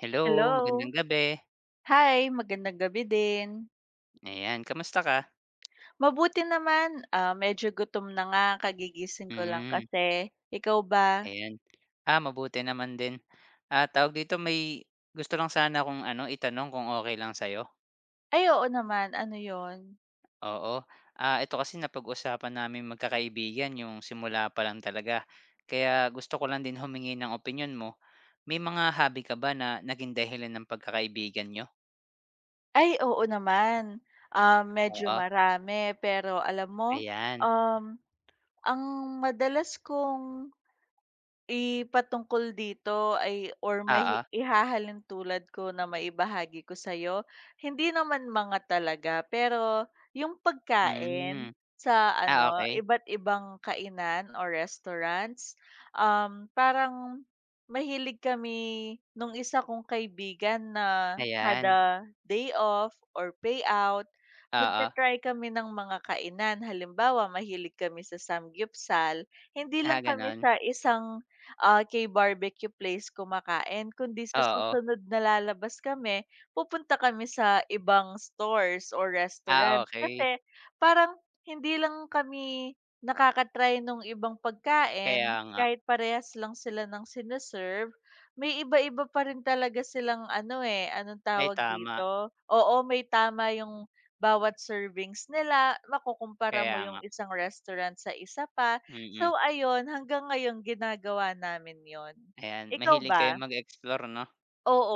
Hello, Hello. magandang gabi. Hi, magandang gabi din. Ayan, kamusta ka? Mabuti naman, ah, medyo gutom na nga kagigising ko lang Hmm, kasi. Ikaw ba? ayan. Ah, mabuti naman din. Ah, tawag dito, may gusto lang sana kung ano, itanong kung okay lang sa'yo? Ay, oo naman, ano yon? Oo. Ah, ito kasi napag-usapan naming magkakaibigan yung simula pa lang talaga. Kaya gusto ko lang din humingi ng opinion mo. May mga hobby ka ba na naging dahilan ng pagkakaibigan niyo? Ay, oo naman, ah, medyo Oo, marami pero alam mo, ayan. um, ang madalas kong ipatungkol dito ay or Oo, may ihahalin tulad ko na maibahagi ko sa'yo, hindi naman mga talaga, pero yung hmm. pagkain sa Ah, ano, okay. iba't ibang kainan or restaurants, parang mahilig kami nung isa kong kaibigan na Ayan, kada day off or payout, oo. magta-try kami ng mga kainan. Halimbawa, mahilig kami sa samgyupsal, hindi Ah, lang kami gano'n? sa isang kay barbecue place kumakain kundi sa Oo. susunod na lalabas kami, pupunta kami sa ibang stores or Ah, restaurant. okay. Kasi parang hindi lang kami nakaka-try nung ibang Kaya pagkain, nga. kahit parehas lang sila ng sine may iba-iba pa rin talaga silang ano, eh, anong Ay, tawag tama, dito? Oo, may tama yung bawat servings nila, makukumpara kaya mo yung nga, isang restaurant sa isa pa. mm. So ayun, hanggang ngayon ginagawa namin 'yon. Ayan, Ikaw mahilig kayong ba? mag-explore 'no?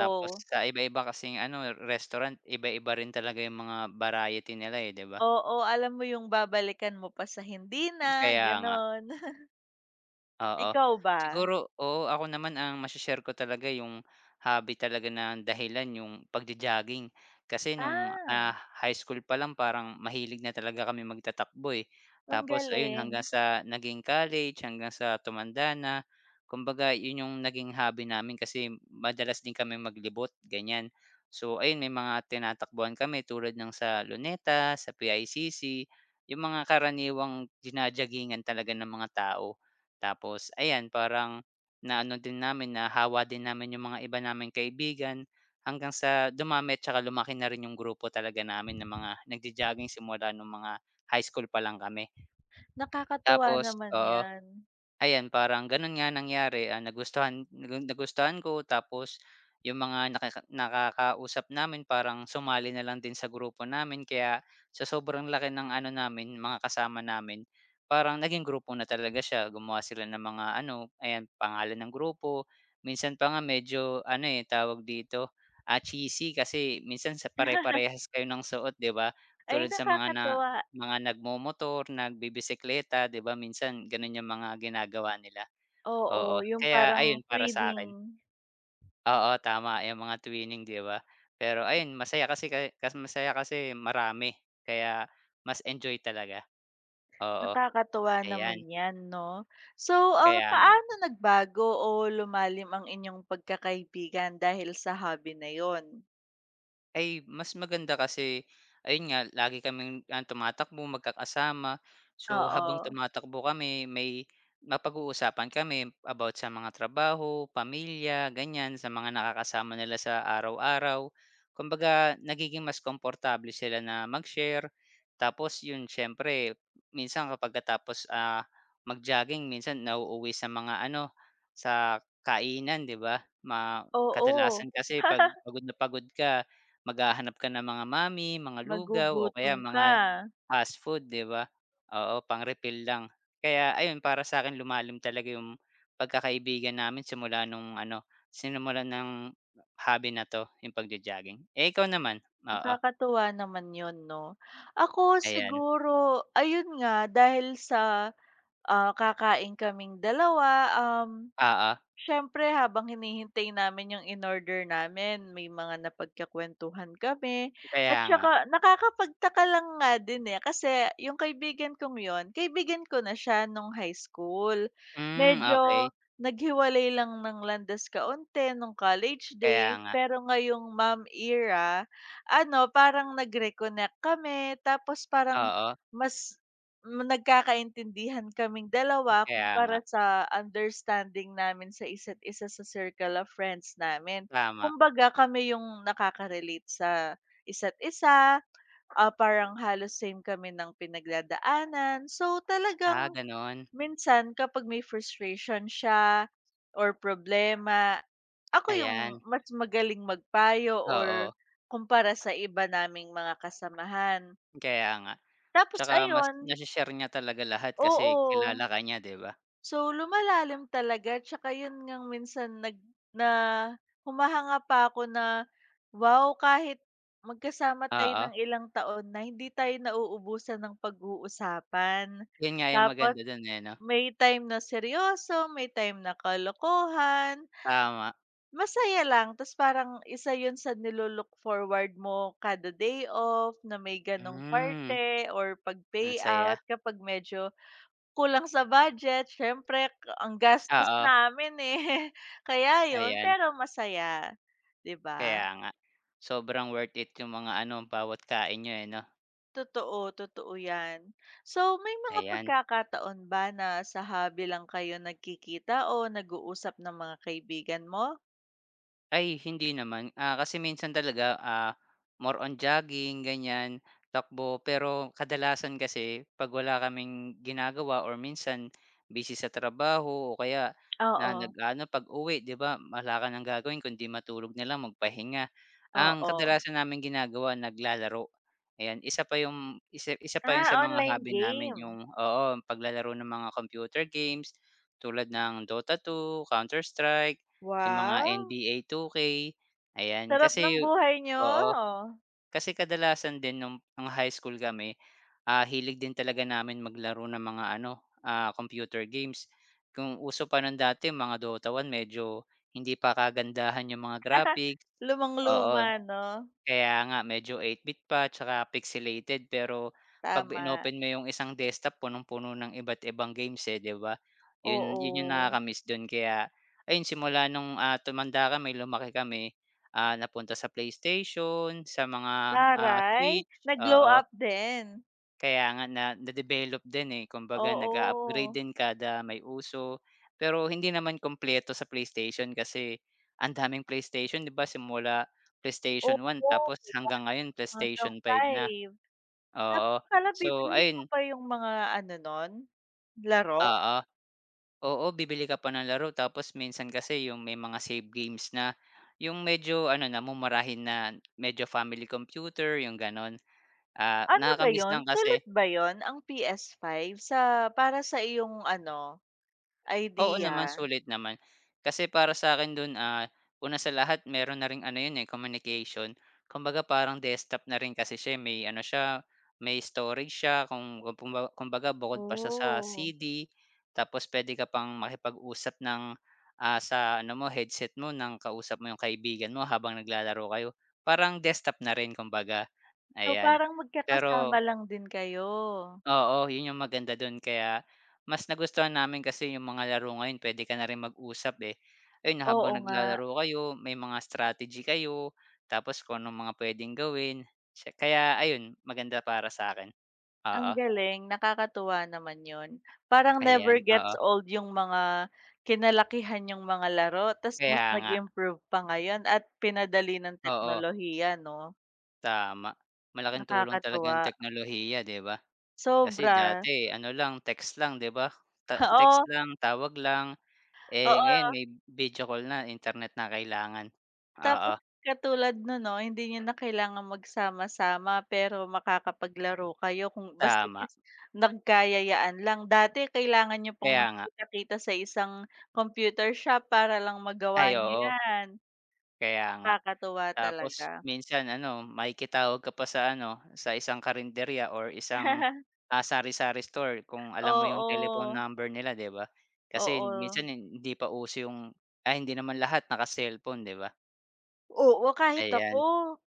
Tapos sa iba-iba kasing ano, restaurant, iba-iba rin talaga yung mga variety nila, eh, 'di ba? oo, alam mo yung babalikan mo pa sa hindi na, Kaya nga. gano'n. Oo. Ikaw ba? Siguro oo, ako naman ang mashe-share ko talaga yung hobby talaga na dahilan yung pagjo-jogging. Kasi nung, Ah, high school pa lang parang mahilig na talaga kami magtatakbo, eh. ang Tapos ayun galing. hanggang sa naging college, hanggang sa tumanda na. Kumbaga yun yung naging hobby namin kasi madalas din kami maglibot, ganyan. So ayun may mga tinatakbuhan kami tulad ng sa Luneta, sa PICC, yung mga karaniwang jina-joggingan talaga ng mga tao. Tapos ayan, parang naano din namin, nahawa din namin yung mga iba naming kaibigan hanggang sa dumami at saka lumaki na rin yung grupo talaga namin ng mga nagjo-jogging simula nung mga high school pa lang kami. Nakakatuwa Tapos naman oo, 'yan. ayan parang gano'n nga nangyari, nagustuhan ko tapos yung mga nakakausap namin parang sumali na lang din sa grupo namin kaya sa sobrang laki ng ano namin, mga kasama namin, parang naging grupo na talaga siya. Gumawa sila ng mga ano, ayan pangalan ng grupo, minsan pa nga medyo ano, eh, tawag dito, cheesy kasi minsan sa pare-parehas kayo ng suot 'di ba? Ay, Tulad sa mga nakakatuwa. mga nagmomotor, nagbibisikleta, 'di ba minsan gano'n yung mga ginagawa nila, Oo, oo. yung Kaya parang ayun para sa twinning, akin oo, tama yung mga twinning 'di ba? Pero ayun masaya kasi marami, kaya mas enjoy talaga. Oo, nakakatuwa ayan, naman 'yan 'no. So, ah, kaya nga. paano nagbago o lumalim ang inyong pagkakaibigan dahil sa hobby na 'yon? Ay, mas maganda kasi ayun nga lagi kaming, tumatakbo magkakasama. So, habang Oo. tumatakbo kami may mapag-uusapan kami about sa mga trabaho, pamilya, ganyan, sa mga nakakasama nila sa araw-araw. Kumbaga nagiging mas komportable sila na mag-share. Tapos yun siyempre minsan kapagkatapos, mag-jogging minsan nauuwi sa mga ano, sa kainan, 'di ba? Kadalasan Oo. kasi 'pag pagod na pagod ka. Maghahanap ka ng mga mami, mga lugaw o kaya Magugutom ka. mga fast food, 'di ba? Oo, pang-refill lang. Kaya ayun, para sa'kin lumalim talaga yung pagkakaibigan namin simula nung ano, sinimulan ng hobby na 'to, yung pagjo-jogging. Eh, ikaw naman? Oo, Nakakatuwa naman 'yun 'no. Ako ayan. siguro ayun nga dahil sa, kakain kaming dalawa, um Oo, Siyempre habang hinihintay namin yung in-order namin may mga napagkakuwentuhan kami at kaya nga. saka nakakapagtaka lang nga din, eh, kasi yung kaibigan kong yun, kaibigan ko na siya nung high school. Hmm, okey. Medyo naghiwalay lang ng landas kaunti nung college Kaya days, nga. pero ngayong mom era, ano, parang nag-reconnect kami tapos parang Oo, mas nagkakaintindihan kaming dalawa kaya nga. kumpara sa understanding namin sa isa't isa sa circle of friends namin. Tama. Kumbaga kami yung nakaka-relate sa isa't isa, ah, parang halos same kami ng pinagdadaanan. So, talagang Ah, gano'n. minsan kapag may frustration siya or problema, ako yung Ayan, mas magaling magpayo or oo. kumpara sa iba naming mga kasamahan. Kaya nga. Tapos Tsaka mas ayun nase-share niya talaga lahat kasi oo. kilala ka niya, 'di ba? So, lumalalim talaga tsaka yun ngang minsan nag na humahanga pa ako na, wow, kahit magkasama tayo Oo, ng ilang taon na hindi tayo nauubusan ng pag-uusapan. yun nga yung Tapos maganda dun, eh, 'no? may time na seryoso, may time na kalokohan, Tama, masaya lang. Tapos parang isa yun sa forward mo kada day off na may ganong hmm, parte or 'pag ang saya. payout kapag medyo kulang sa budget siyempre ang gastos Oo, namin, eh, kaya yun ayan, pero masaya, 'di ba? kaya nga. Sobrang worth it yung mga ano, bawat kain niyo, eh, 'no? Totoo, totoo yan. So may mga Ayan. pagkakataon ba na sa hobby lang kayo nagkikita o nag-uusap ng mga kaibigan mo? Ay, hindi naman, kasi minsan talaga, more on jogging ganyan, takbo. Pero kadalasan kasi 'pag wala kaming ginagawa or minsan busy sa trabaho o kaya na Oo, nag-aano pag-uwi 'di ba wala ka ng gagawin kundi matulog na lang, magpahinga. Ang oo. kadalasan namin ginagawa naglalaro, ayan. Isa isa pa yun sa Ah, mga online hobby namin game. yung oo, ang paglalaro ng mga computer games tulad ng Dota 2, Counter Strike. Yung mga Wow, NBA 2K, ayan. sarap ng Kasi buhay niyo. oo, kasi kadalasan din nung high school kami, hilig din talaga namin maglaro ng mga ano, computer games. Kung uso pa nun dati mga Dota 1 medyo hindi pa kagandahan yung mga graphics, oo. Lumang-luma 'no? Kaya nga medyo 8-bit pa tsaka pixelated pero 'pag Tama, inoopen mo yung isang desktop punong-puno ng iba't ibang games, eh, 'di ba? Yun yun yung oo. nakaka-miss dun kaya ayun simula nung, tumanda kami, lumaki kami, napunta sa PlayStation, sa mga, Taray, Switch, nag-glow oo. up din? Kaya nga na na develop din, eh, kumbaga nag-a-upgrade Oo, din kada may uso. Pero hindi naman kumpleto sa PlayStation kasi ang daming PlayStation 'di ba simula PlayStation 1 oo, tapos hanggang ngayon hanggang PlayStation 5 na, 5. oo. Tapos pala So bibilhin mo ayun, pa yung mga ano nun, laro? oo, oo bibili ka pa ng laro tapos minsan kasi yung may mga save games na, yung medyo ano na mumurahin na medyo family computer yung gano'n. Ah, Ano nakaka ba yun, lang kasi. sulit ba yun ang PS5 sa para sa iyong ano, Oo idea? naman, sulit naman. Kasi para sa akin dun, una sa lahat meron na ring ano yun, eh, communication. Kumbaga parang desktop na rin kasi siya, eh, may ano siya, may storage siya kung kumbaga bukod pa siya sa Oh, CD, tapos puwede ka pang makipag-usap ng, sa ano mo, headset mo ng kausap mo yung kaibigan mo habang naglalaro kayo. Parang desktop na rin kumbaga, so ayan. parang magkakasama Pero lang din kayo? Oo, yun yung maganda don kaya mas nagustuhan namin kasi yung mga laro ngayon puwede ka na rin mag-usap, eh. Ayun, Oo habang nga. naglalaro kayo may mga strategy kayo, tapos kung anong mga puwedeng gawin. Siya kaya ayun, maganda para sa'kin. Ang Oo, galing, nakakatuwa naman 'yun. Parang never ayan, gets oo. old yung mga kinalakihan niyong mga laro ta's mas Kaya nga, nag-improve pa ngayon at pinadali ng oo, teknolohiya 'no, tama. Malaking tulong talaga nakakatuwa. ang teknolohiya, 'di ba? Kasi Sobra, dati ano lang, text lang, 'di ba? Ta text oo, lang, tawag lang, eh, ngayon oo. may video call na, internet na kailangan. Oo. Tapos katulad no'n 'no, hindi niyo na kailangang magsama-sama pero makakapaglaro kayo kung basta Tama, is nagkayayaan lang. Dati kailangan niyo pang kaya nga. magkita-kita sa isang computer shop para lang magawa Ay niyo oo, 'yan. kaya nga. Nakakatuwa talaga. Tapos minsan ano, makikitawag ka pa sa ano, sa isang karinderya or isang, sari-sari store kung alam mo yung telephone Oo, number nila, 'di ba? Kasi oo. minsan hindi pa uso ay, hindi naman lahat naka-cellphone, 'di ba? Oo, kahit ako, Ayan,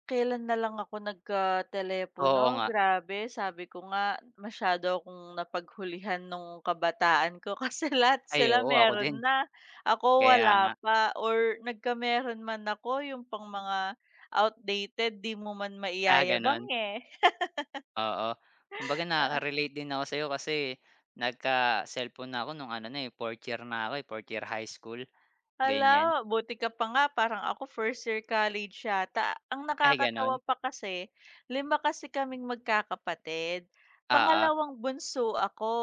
kailan na lang ako oo nagkatelepono, nga. grabe sabi ko nga masyado akong napaghulihan nung kabataan ko kasi lahat Ay sila oo, ako din. meron na, ako Kaya nga. wala pa or nagkameron man ako yung pang mga outdated 'di mo man Ah, maiyayabang, gano'n? eh. Oo. Kumbaga nakaka-relate din ako sa'yo kasi nagka-cellphone na ako nung ano na, eh, 4 year na ako, eh, 4 year high school, Hala, ganyan. buti ka pa nga parang ako first year college yata. Ang Ay nakakatawa gano'n? pa kasi, 5 kasi kaming magkakapatid. Oo. Pangalawang bunso ako.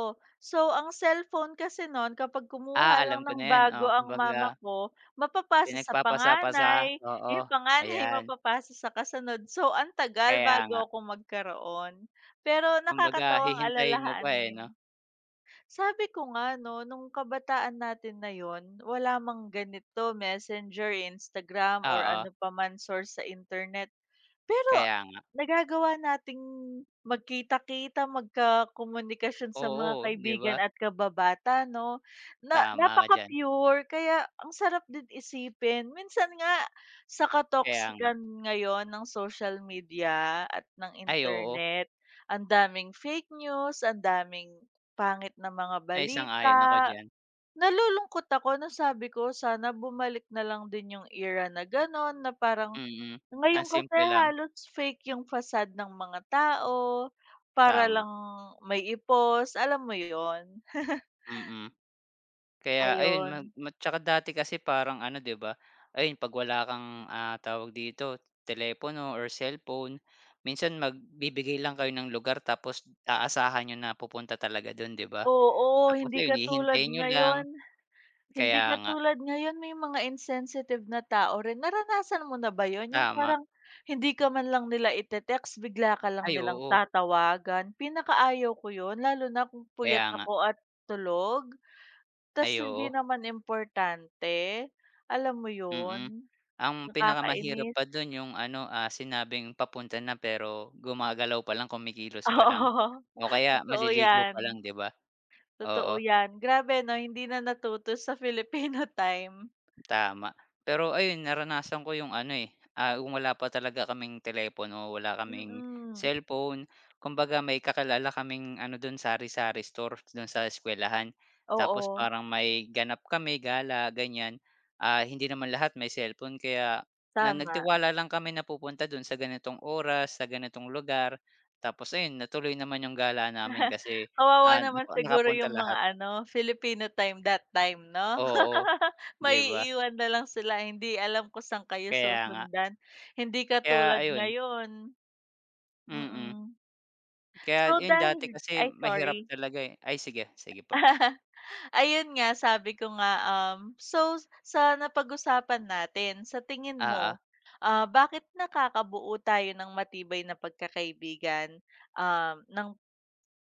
So, ang cellphone kasi no'n kapag Ah, kumuha alam lang ko ng na 'yan, bago oo. ang Kumbaga mama ko, mapapasa sa pinagpapasa-pasa, panganay, oo, yung panganay ayan. mapapasa sa kasunod. So, ang tagal Kaya bago nga. ako magkaroon. Pero Kumbaga nakakatawang hihintayin mo pa, eh, alalahanin. 'no? Sabi ko nga 'no, nung kabataan natin na yon wala mang ganito, Messenger, Instagram, or Oo, ano pa man source sa internet. Pero kaya nga. nagagawa nating magkita-kita, magkakomunikasyon sa mga Oo, 'di ba? kaibigan at kababata 'no, na Tama ka diyan. napaka-pure kaya ang sarap din isipin. Minsan nga sa Kaya nga. katoxican ngayon ng social media at ng Ay oo, internet, ang daming fake news, ang daming pangit na mga ay sang-ayon ako balita, diyan. nalulungkot ako na sabi ko sana bumalik na lang din yung era na gano'n na parang Mm, ang ngayon kasi simple lang. halos fake yung facade ng mga tao para Tama, lang may ipos, alam mo yon? mm. Kaya ayun mag Ayun, ma tsaka dati kasi parang ano 'di ba, ayun 'pag wala kang, tawag dito, telepono or cellphone, minsan magbibigay lang kayo ng lugar tapos aasahan niyo na pupunta talaga dun 'di ba? oo, Tapos hindi ayun katulad hihintayin niyo ngayon. lang, Hindi kaya nga, katulad ngayon may mga insensitive na tao rin. Naranasan mo na ba 'yun, yung tama. parang hindi ka man lang nila ite-text bigla ka lang Ay nilang oo, tatawagan? Pinakaayaw ko 'yun lalo na kung kaya puyat nga. ako at tulog, tas Ay oo, hindi naman importante. Alam mo mm. 'yun, Ang pinakamahirap nakakainis. pa dun yung ano, sinabing papunta na pero gumagalaw pa lang, kumikilos pa lang Oo, o kaya totoo maliligo 'yan, pa lang 'di ba? totoo Oo. 'yan. Grabe 'no, hindi na natuto sa Filipino time. Tama. Pero ayun, naranasan ko yung ano, eh, kung wala pa talaga kaming telepono, wala Mm, kaming mm cellphone, kumbaga may kakilala kaming ano dun sari-sari store dun sa eskuwelahan. Tapos oo, parang may ganap kami, gala, ganyan. Ah, hindi naman lahat may cellphone kaya na tama. nagtiwala lang kami na pupunta dun sa ganitong oras, sa ganitong lugar. Tapos ayun, natuloy naman yung gala namin kasi, Kawawa naman siguro nakapunta yung lahat. mga ano, Filipino time that time 'no? Oo, 'di ba? Maiiwan na lang sila, hindi alam kung saan kayo Kaya nga. susundan. Hindi Kaya katulad ayun ngayon, Mm, mm. kaya So yun dahil dati kasi ay mahirap sorry. talaga, eh. Ay sige, sige po. Ayun nga, sabi ko nga, so sa napag-usapan natin, sa tingin Oo, mo, ah, bakit nakakabuo tayo ng matibay na pagkakaibigan, um, ng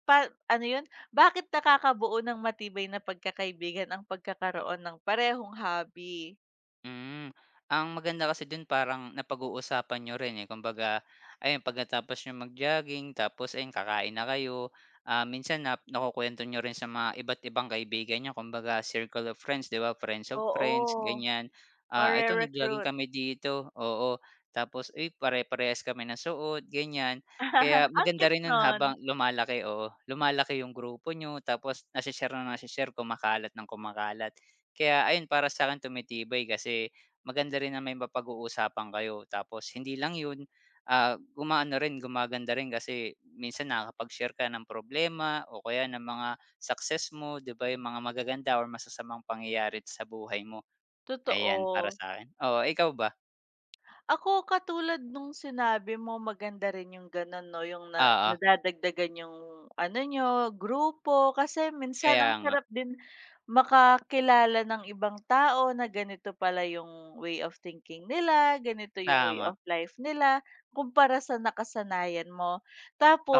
Pa ano yun, bakit nakakabuo ng matibay na pagkakaibigan ang pagkakaroon ng parehong hobby? Hmm, ang maganda kasi dun parang napag-uusapan niyo rin, eh, kumbaga ayun pagkatapos niyong mag-jogging tapos ayun kakain na kayo. Ah, minsan na nakukuwento niyo rin sa mga iba't ibang kaibigan niyo kumbaga circle of friends, 'di ba, friends of friends Oo, ganyan. Ah, "Eto nag-jogging mare-recruit. kami dito," oo, tapos, "Uy pare-parehas kami ng suot," ganyan. Kaya Ang maganda cute rin nun nun, habang lumalaki oo, lumalaki yung grupo niyo tapos nase-share, kumakalat ng kumakalat. Kaya ayun, para sa'kin tumitibay kasi maganda rin na may mapag-uusapan kayo tapos hindi lang yun, gumaganda rin kasi minsan nakakapag-share ka ng problema o kaya ng mga success mo, 'di ba, yung mga magaganda or masasamang pangyayari sa buhay mo. Ayan, para totoo. sa akin. Oo, ikaw ba? Ako katulad nung sinabi mo maganda rin yung gano'n 'no, yung na Oo, nadadagdagan yung ano niyo, grupo. Kasi minsan kaya ang nga. sarap din makakilala ng ibang tao na ganito pala yung way of thinking nila, ganito yung way Tama, of life nila, kumpara sa nakasanayan mo.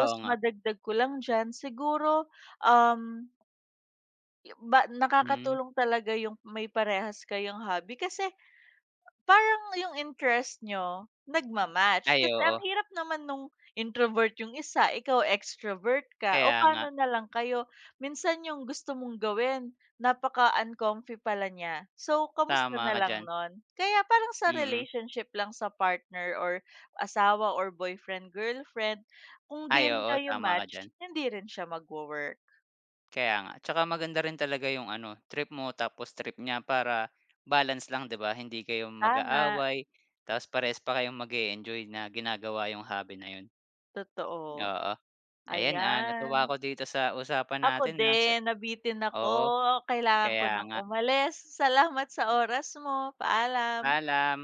oo nga. madagdag ko lang diyan, siguro, um, ba Hmm. nakakatulong talaga yung may parehas kayong hobby kasi parang yung interest niyo nagmamatch. Ay Kasi oo, ang hirap naman nung introvert yung isa, ikaw extrovert ka, o kaya nga. paano na lang kayo minsan yung gusto mong gawin napaka-uncomfy pala niya. So, kamusta Tama na ka lang diyan. nun? Kaya parang sa Mm. relationship lang sa partner or asawa or boyfriend, girlfriend, kung di Ay rin oo, kayo tama ka diyan. match, hindi rin siya magwo-work. Kaya nga, tsaka maganda rin talaga yung ano, trip mo tapos trip niya para balance lang 'di ba, hindi kayo Tama, mag-aaway tapos parehas pa kayong mag enjoy na ginagawa yung hobby na yun. totoo, Oo, ayan, natuwa ayan. ako dito sa usapan Ako natin, ah, sa din, nabitin ako. oo, Kailangan ko kaya ng nga. umalis. Salamat sa oras mo. Paalam. Paalam.